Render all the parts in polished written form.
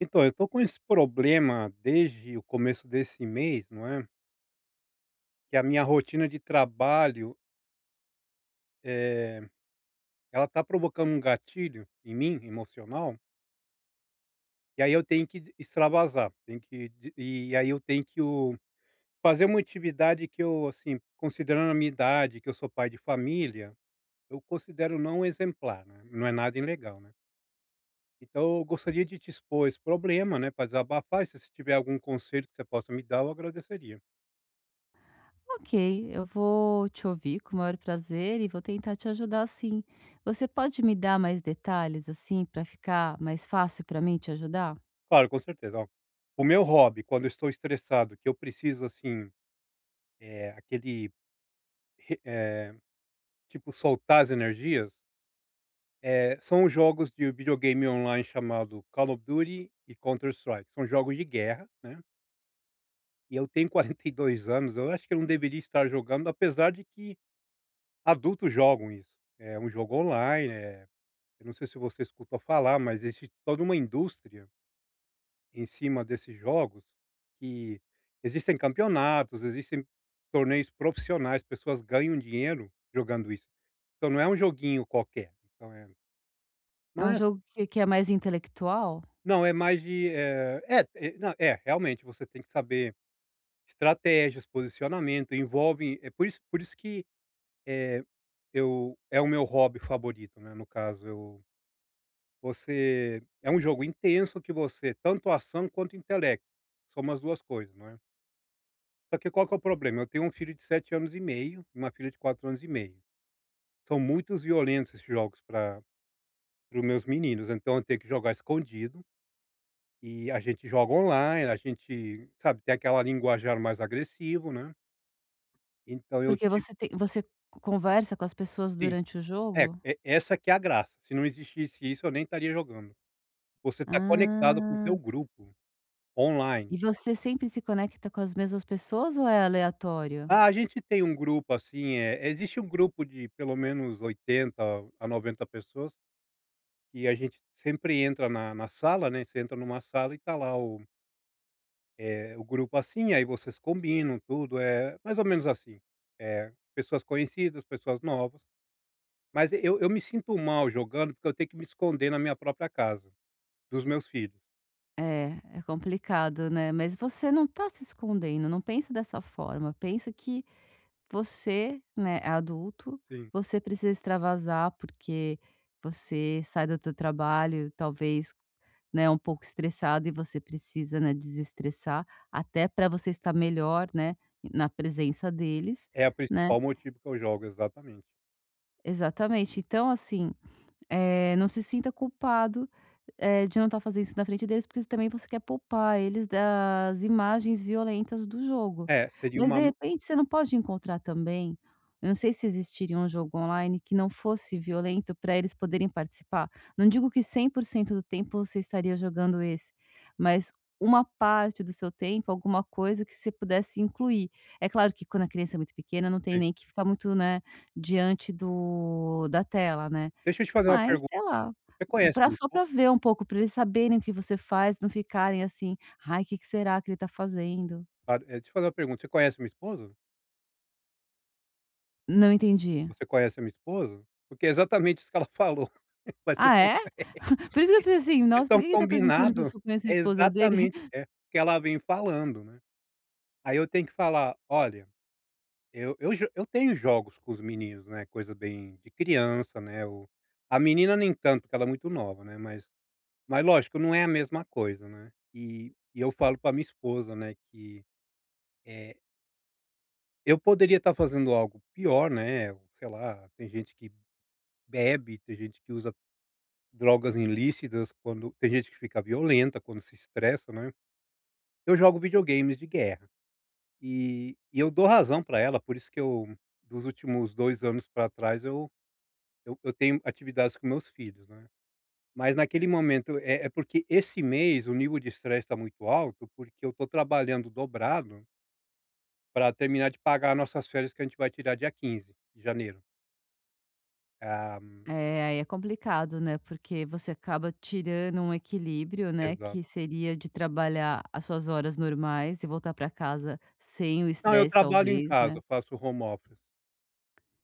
Então, eu tô com esse problema desde o começo desse mês, não é? Que a minha rotina de trabalho, eh, ela tá provocando um gatilho em mim, emocional, e aí eu tenho que extravasar, tenho que de e aí eu tenho que o fazer uma atividade que eu, assim, considerando a minha idade, que eu sou pai de família, eu considero não exemplar, né, não é nada ilegal, né. Então eu gostaria de te expor esse problema, né, para desabafar, e se você tiver algum conselho que você possa me dar, eu agradeceria. Ok, eu vou te ouvir com o maior prazer e vou tentar te ajudar sim. Você pode me dar mais detalhes assim para ficar mais fácil para mim te ajudar? Claro, com certeza. Ó, o meu hobby quando eu estou estressado, que eu preciso assim, eh, aquele re eh, tipo soltar as energias, são os jogos de videogame online chamado Call of Duty e Counter Strike. São jogos de guerra, né, e eu tenho 42 anos, eu acho que eu não deveria estar jogando, apesar de que adultos jogam isso. É um jogo online, eu não sei se você escutou falar, mas existe toda uma indústria em cima desses jogos, que existem campeonatos, existem torneios profissionais, pessoas ganham dinheiro jogando isso. Então não é um joguinho qualquer. É um mas jogo que é mais intelectual? não, é mais de, não, é, realmente você tem que saber estratégias, posicionamento, envolve. É eu é O meu hobby favorito, né, no caso eu você é um jogo intenso que você tanto ação quanto intelecto, são as 2 coisas, não é? Só que qual que é o problema? Eu tenho um filho de 7 anos e meio e uma filha de 4 anos e meio. São muitos violentos esses jogos para os meus meninos, então eu tenho que jogar escondido e a gente joga online, a gente, sabe, tem aquela linguajar mais agressivo, né. Então eu Porque tive você tem, você conversa com as pessoas Sim, durante o é, jogo? e essa que é a graça, se não existisse isso eu nem estaria jogando. Você está conectado com o Ah, teu grupo online. e você sempre se conecta com as mesmas pessoas ou é aleatório? Ah, a gente tem um grupo, assim. É, existe um grupo de pelo menos 80 a 90 pessoas. E a gente sempre entra na sala, né, você entra numa sala e tá lá o grupo, assim, aí vocês combinam tudo, é mais ou menos assim, é pessoas conhecidas, pessoas novas, mas eu me sinto mal jogando, porque eu tenho que me esconder na minha própria casa, dos meus filhos. É, é complicado, né. Mas você não tá se escondendo, não pensa dessa forma, pensa que você, né, é adulto, Sim. você precisa extravasar, porque você sai do teu trabalho, talvez, né, um pouco estressado e você precisa, né, desestressar, até para você estar melhor, né, na presença deles, É o né. principal motivo que eu jogo, exatamente. Exatamente. Então, assim, não se sinta culpado, de não estar fazendo isso na frente deles, porque também você quer poupar eles das imagens violentas do jogo. É, seria Mas, uma de ma repente, você não pode encontrar também eu não sei se existiria um jogo online que não fosse violento para eles poderem participar. Não digo que 100% do tempo você estaria jogando esse, mas uma parte do seu tempo, alguma coisa que você pudesse incluir. É claro que quando a criança é muito pequena, não tem sim. nem que ficar muito, né, diante do da tela, né. Deixa eu te fazer uma Mas, pergunta, sei lá, você conhece a pra minha só esposa? pra ver um pouco, pra eles saberem o que você faz, não ficarem assim: "Ai, que será que ele tá fazendo?". Claro, deixa eu te fazer uma pergunta, você conhece a minha esposa? Não entendi. Você conhece a minha esposa? Porque é exatamente isso que ela falou. vai ser Ah, é? Por isso que eu fiz assim: Vocês "Nossa, por estão que que ele tá perguntando que eu combinado só conheço a É esposa dele?". exatamente é, que ela vem falando, né. Aí eu tenho que falar: "Olha, eu tenho jogos com os meninos, né, coisa bem de criança, né", o a menina nem tanto, porque ela é muito nova, né, mas lógico, não é a mesma coisa, né. E eu falo pra minha esposa, né, que, eh, eu poderia estar fazendo algo pior, né, sei lá, tem gente que bebe, tem gente que usa drogas ilícitas, quando tem gente que fica violenta quando se estressa, né. Eu jogo videogames de guerra, e eu dou razão para ela, por isso que eu dos últimos 2 anos para trás eu tenho atividades com meus filhos, né. Mas naquele momento é porque esse mês o nível de estresse está muito alto, porque eu estou trabalhando dobrado para terminar de pagar nossas férias que a gente vai tirar dia 15 de janeiro. Ah, É, aí é complicado, né, porque você acaba tirando um equilíbrio, né, exato. que seria de trabalhar as suas horas normais e voltar pra casa sem o Não, eu estresse, trabalho em talvez, casa, né. eu faço home office.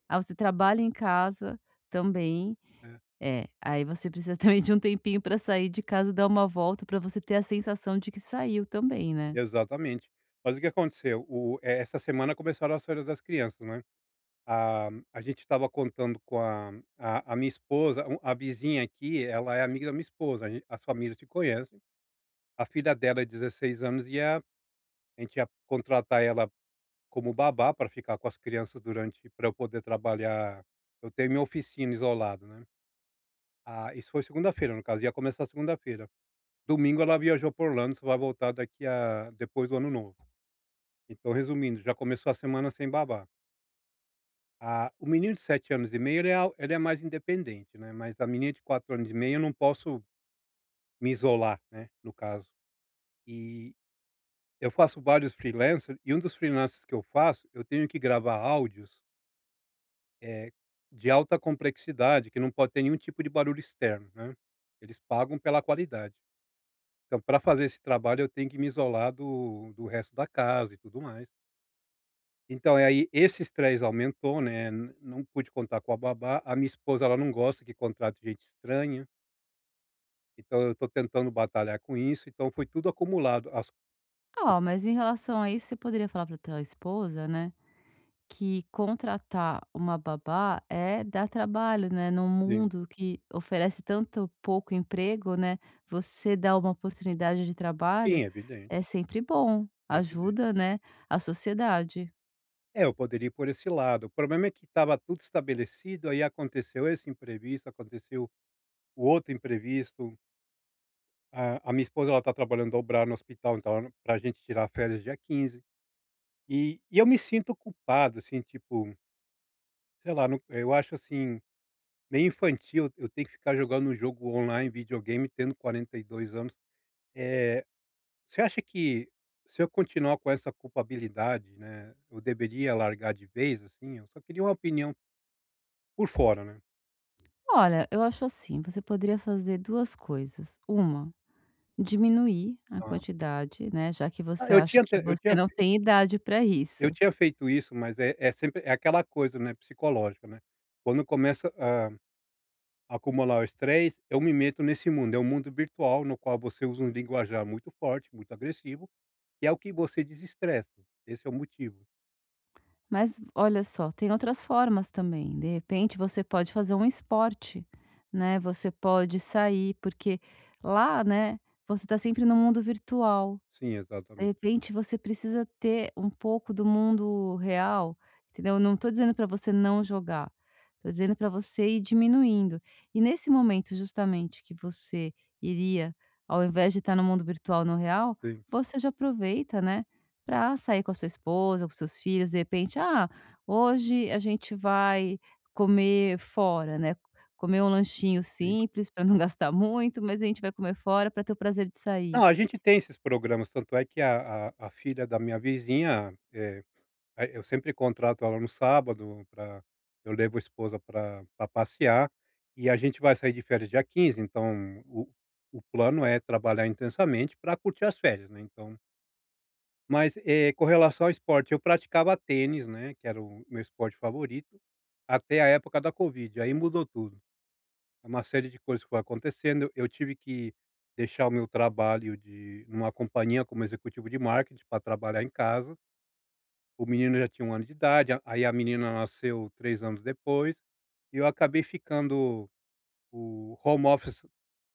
Ah, você trabalha em casa também. É, É, aí você precisa também de um tempinho para sair de casa, dar uma volta para você ter a sensação de que saiu também, né. exatamente. Mas o que aconteceu, essa semana começaram as férias das crianças, né. A a gente estava contando com a minha esposa, um a vizinha aqui, ela é amiga da minha esposa, a gen as famílias se conhecem. A filha dela é 16 anos e a gente ia contratar ela como babá para ficar com as crianças, durante para eu poder trabalhar, eu tenho minha oficina isolado, né. Ah, isso foi segunda-feira, no caso, ia começar segunda-feira. Domingo ela viajou pra Orlando, só vai voltar daqui a depois do ano novo. Então, resumindo, já começou a semana sem babá. Ah, o menino de 7 anos e meio, ele é al ele é mais independente, né, mas a menina de 4 anos e meio eu não posso me isolar, né, no caso. E eu faço vários freelancer, e um dos freelances que eu faço, eu tenho que gravar áudios, eh, de alta complexidade, que não pode ter nenhum tipo de barulho externo, né. Eles pagam pela qualidade. Então, para fazer esse trabalho eu tenho que me isolar do resto da casa e tudo mais. Então, aí esses 3 aumentou, né, n não pude contar com a babá, a minha esposa ela não gosta que contrate gente estranha, então eu estou tentando batalhar com isso, então foi tudo acumulado. As Ó, mas em relação a isso, você poderia falar pra tua esposa, né, que contratar uma babá é dar trabalho, né, num Sim, mundo que oferece tanto pouco emprego, né, você dar uma oportunidade de sim, trabalho é evidente, é sempre bom, é evidente. ajuda, né, a sociedade. É, eu poderia ir por esse lado, o problema é que estava tudo estabelecido, aí aconteceu esse imprevisto, aconteceu o outro imprevisto, a minha esposa ela está trabalhando dobrado no hospital, então para a gente tirar férias dia 15. E eu me sinto culpado, assim, tipo, sei lá, não, eu acho assim. Nem infantil, eu tenho que ficar jogando um jogo online, videogame, tendo 42 anos. Eh, você acha que se eu continuar com essa culpabilidade, né, eu deveria largar de vez, assim? Eu só queria uma opinião por fora, né. Olha, eu acho assim, você poderia fazer 2 coisas. Uma, diminuir a Aham. quantidade, né, já que Ah, você eu acha tinha te que você não tem idade para isso. eu tinha feito isso, mas é sempre é aquela coisa, né, psicológica, né. Quando começa a acumular o estresse, eu me meto nesse mundo, é um mundo virtual no qual você usa um linguajar muito forte, muito agressivo, que é o que você desestressa, esse é o motivo. Mas olha só, tem outras formas também. De repente, você pode fazer um esporte, né, você pode sair, porque lá, né, você está sempre no mundo virtual. Sim, De exatamente. repente você precisa ter um pouco do mundo real, entendeu? Não tô dizendo para você não jogar, tô dizendo para você ir diminuindo. E nesse momento justamente que você iria, ao invés de estar no mundo virtual, no real, Sim, você já aproveita, né, para sair com a sua esposa, com seus filhos, de repente: "Ah, hoje a gente vai comer fora", né, comer um lanchinho sim. simples para não gastar muito, mas a gente vai comer fora para ter o prazer de sair. Não, a gente tem esses programas, tanto é que a filha da minha vizinha, eh, a eu sempre contrato ela no sábado pra eu levo a esposa para pra passear, e a gente vai sair de férias dia 15, então o plano é trabalhar intensamente para curtir as férias, né. Então, mas, com relação ao esporte, eu praticava tênis, né, que era o meu esporte favorito, até a época da Covid, aí mudou tudo. É uma série de coisas que foi acontecendo, eu tive que deixar o meu trabalho de numa companhia como executivo de marketing para trabalhar em casa. O menino já tinha 1 ano de idade, a aí a menina nasceu 3 anos depois, e eu acabei ficando o home office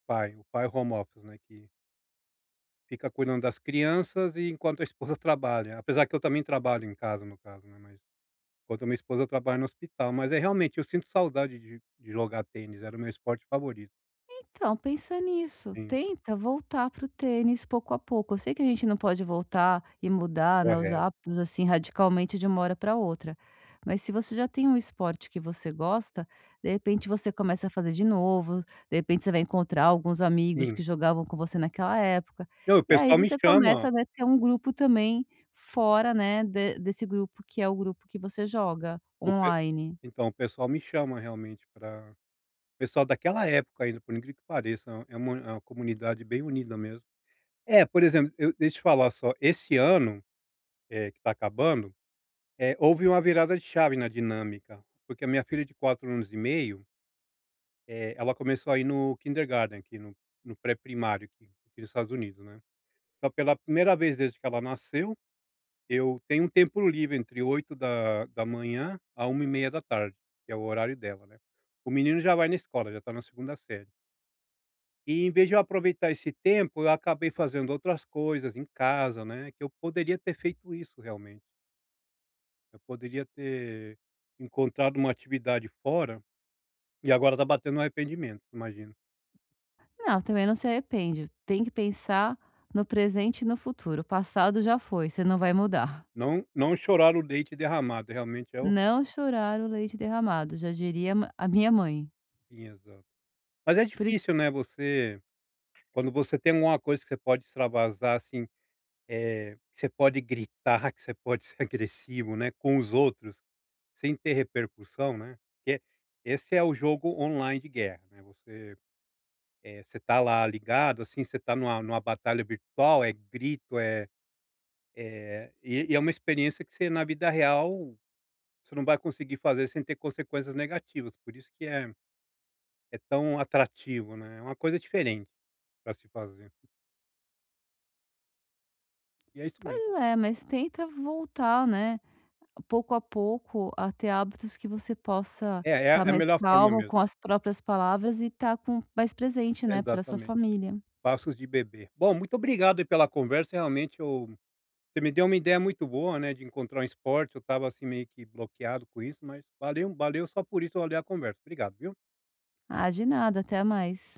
pai, o pai home office, né, que fica cuidando das crianças e enquanto a esposa trabalha, apesar que eu também trabalho em casa, no caso, né, mas enquanto a minha esposa trabalha no hospital. Mas é realmente, eu sinto saudade de jogar tênis, era o meu esporte favorito. Então, pensa nisso, Sim, tenta voltar pro tênis pouco a pouco. Eu sei que a gente não pode voltar e mudar, né, os correto. hábitos assim radicalmente de uma hora para outra, mas se você já tem um esporte que você gosta, de repente você começa a fazer de novo, de repente você vai encontrar alguns amigos Sim. que jogavam com você naquela época, Não, o e aí pessoal me você chama, começa, né, ter um grupo também fora, né, de desse grupo que é o grupo que você joga o pe online. então, o pessoal me chama realmente pra pessoal daquela época ainda, por incrível que pareça, é uma comunidade bem unida mesmo. É, por exemplo, eu deixa eu falar só, esse ano, que está acabando, houve uma virada de chave na dinâmica, porque a minha filha de 4 anos e meio, ela começou a ir no kindergarten, aqui no pré-primário aqui nos Estados Unidos, né. Então, pela primeira vez desde que ela nasceu, eu tenho um tempo livre entre 8 da manhã a 1:30 da tarde, que é o horário dela, né. O menino já vai na escola, já está na segunda série. E em vez de eu aproveitar esse tempo, eu acabei fazendo outras coisas em casa, né, que eu poderia ter feito isso realmente. Eu poderia ter encontrado uma atividade fora, e agora está batendo um arrependimento, imagina. Não, também não se arrepende. Tem que pensar no presente e no futuro. O passado já foi, você não vai mudar. Não, não chorar o leite derramado, realmente é o Não chorar o leite derramado, já diria a minha mãe. sim, exato. Mas é Por isso, difícil, né, você, quando você tem alguma coisa que você pode extravasar, assim, que você pode gritar, que você pode ser agressivo, né, com os outros, sem ter repercussão, né, porque esse é o jogo online de guerra, né, você tá lá ligado, assim, você tá numa batalha virtual, é grito, é uma experiência que você na vida real, você não vai conseguir fazer sem ter consequências negativas, por isso que é tão atrativo, né, é uma coisa diferente para se fazer. E é isso mesmo. pois é, mas tenta voltar, né? Pouco a pouco, a ter hábitos que você possa É, é a estar é a mais melhor forma calmo mesmo. com as próprias palavras e estar com mais presente, né, para sua Exatamente. família. Passos de bebê. Bom, muito obrigado aí pela conversa, realmente eu você me deu uma ideia muito boa, né, de encontrar um esporte, eu estava assim meio que bloqueado com isso, mas valeu só por isso, eu olhei a conversa. Obrigado, viu. Ah, de nada, até mais.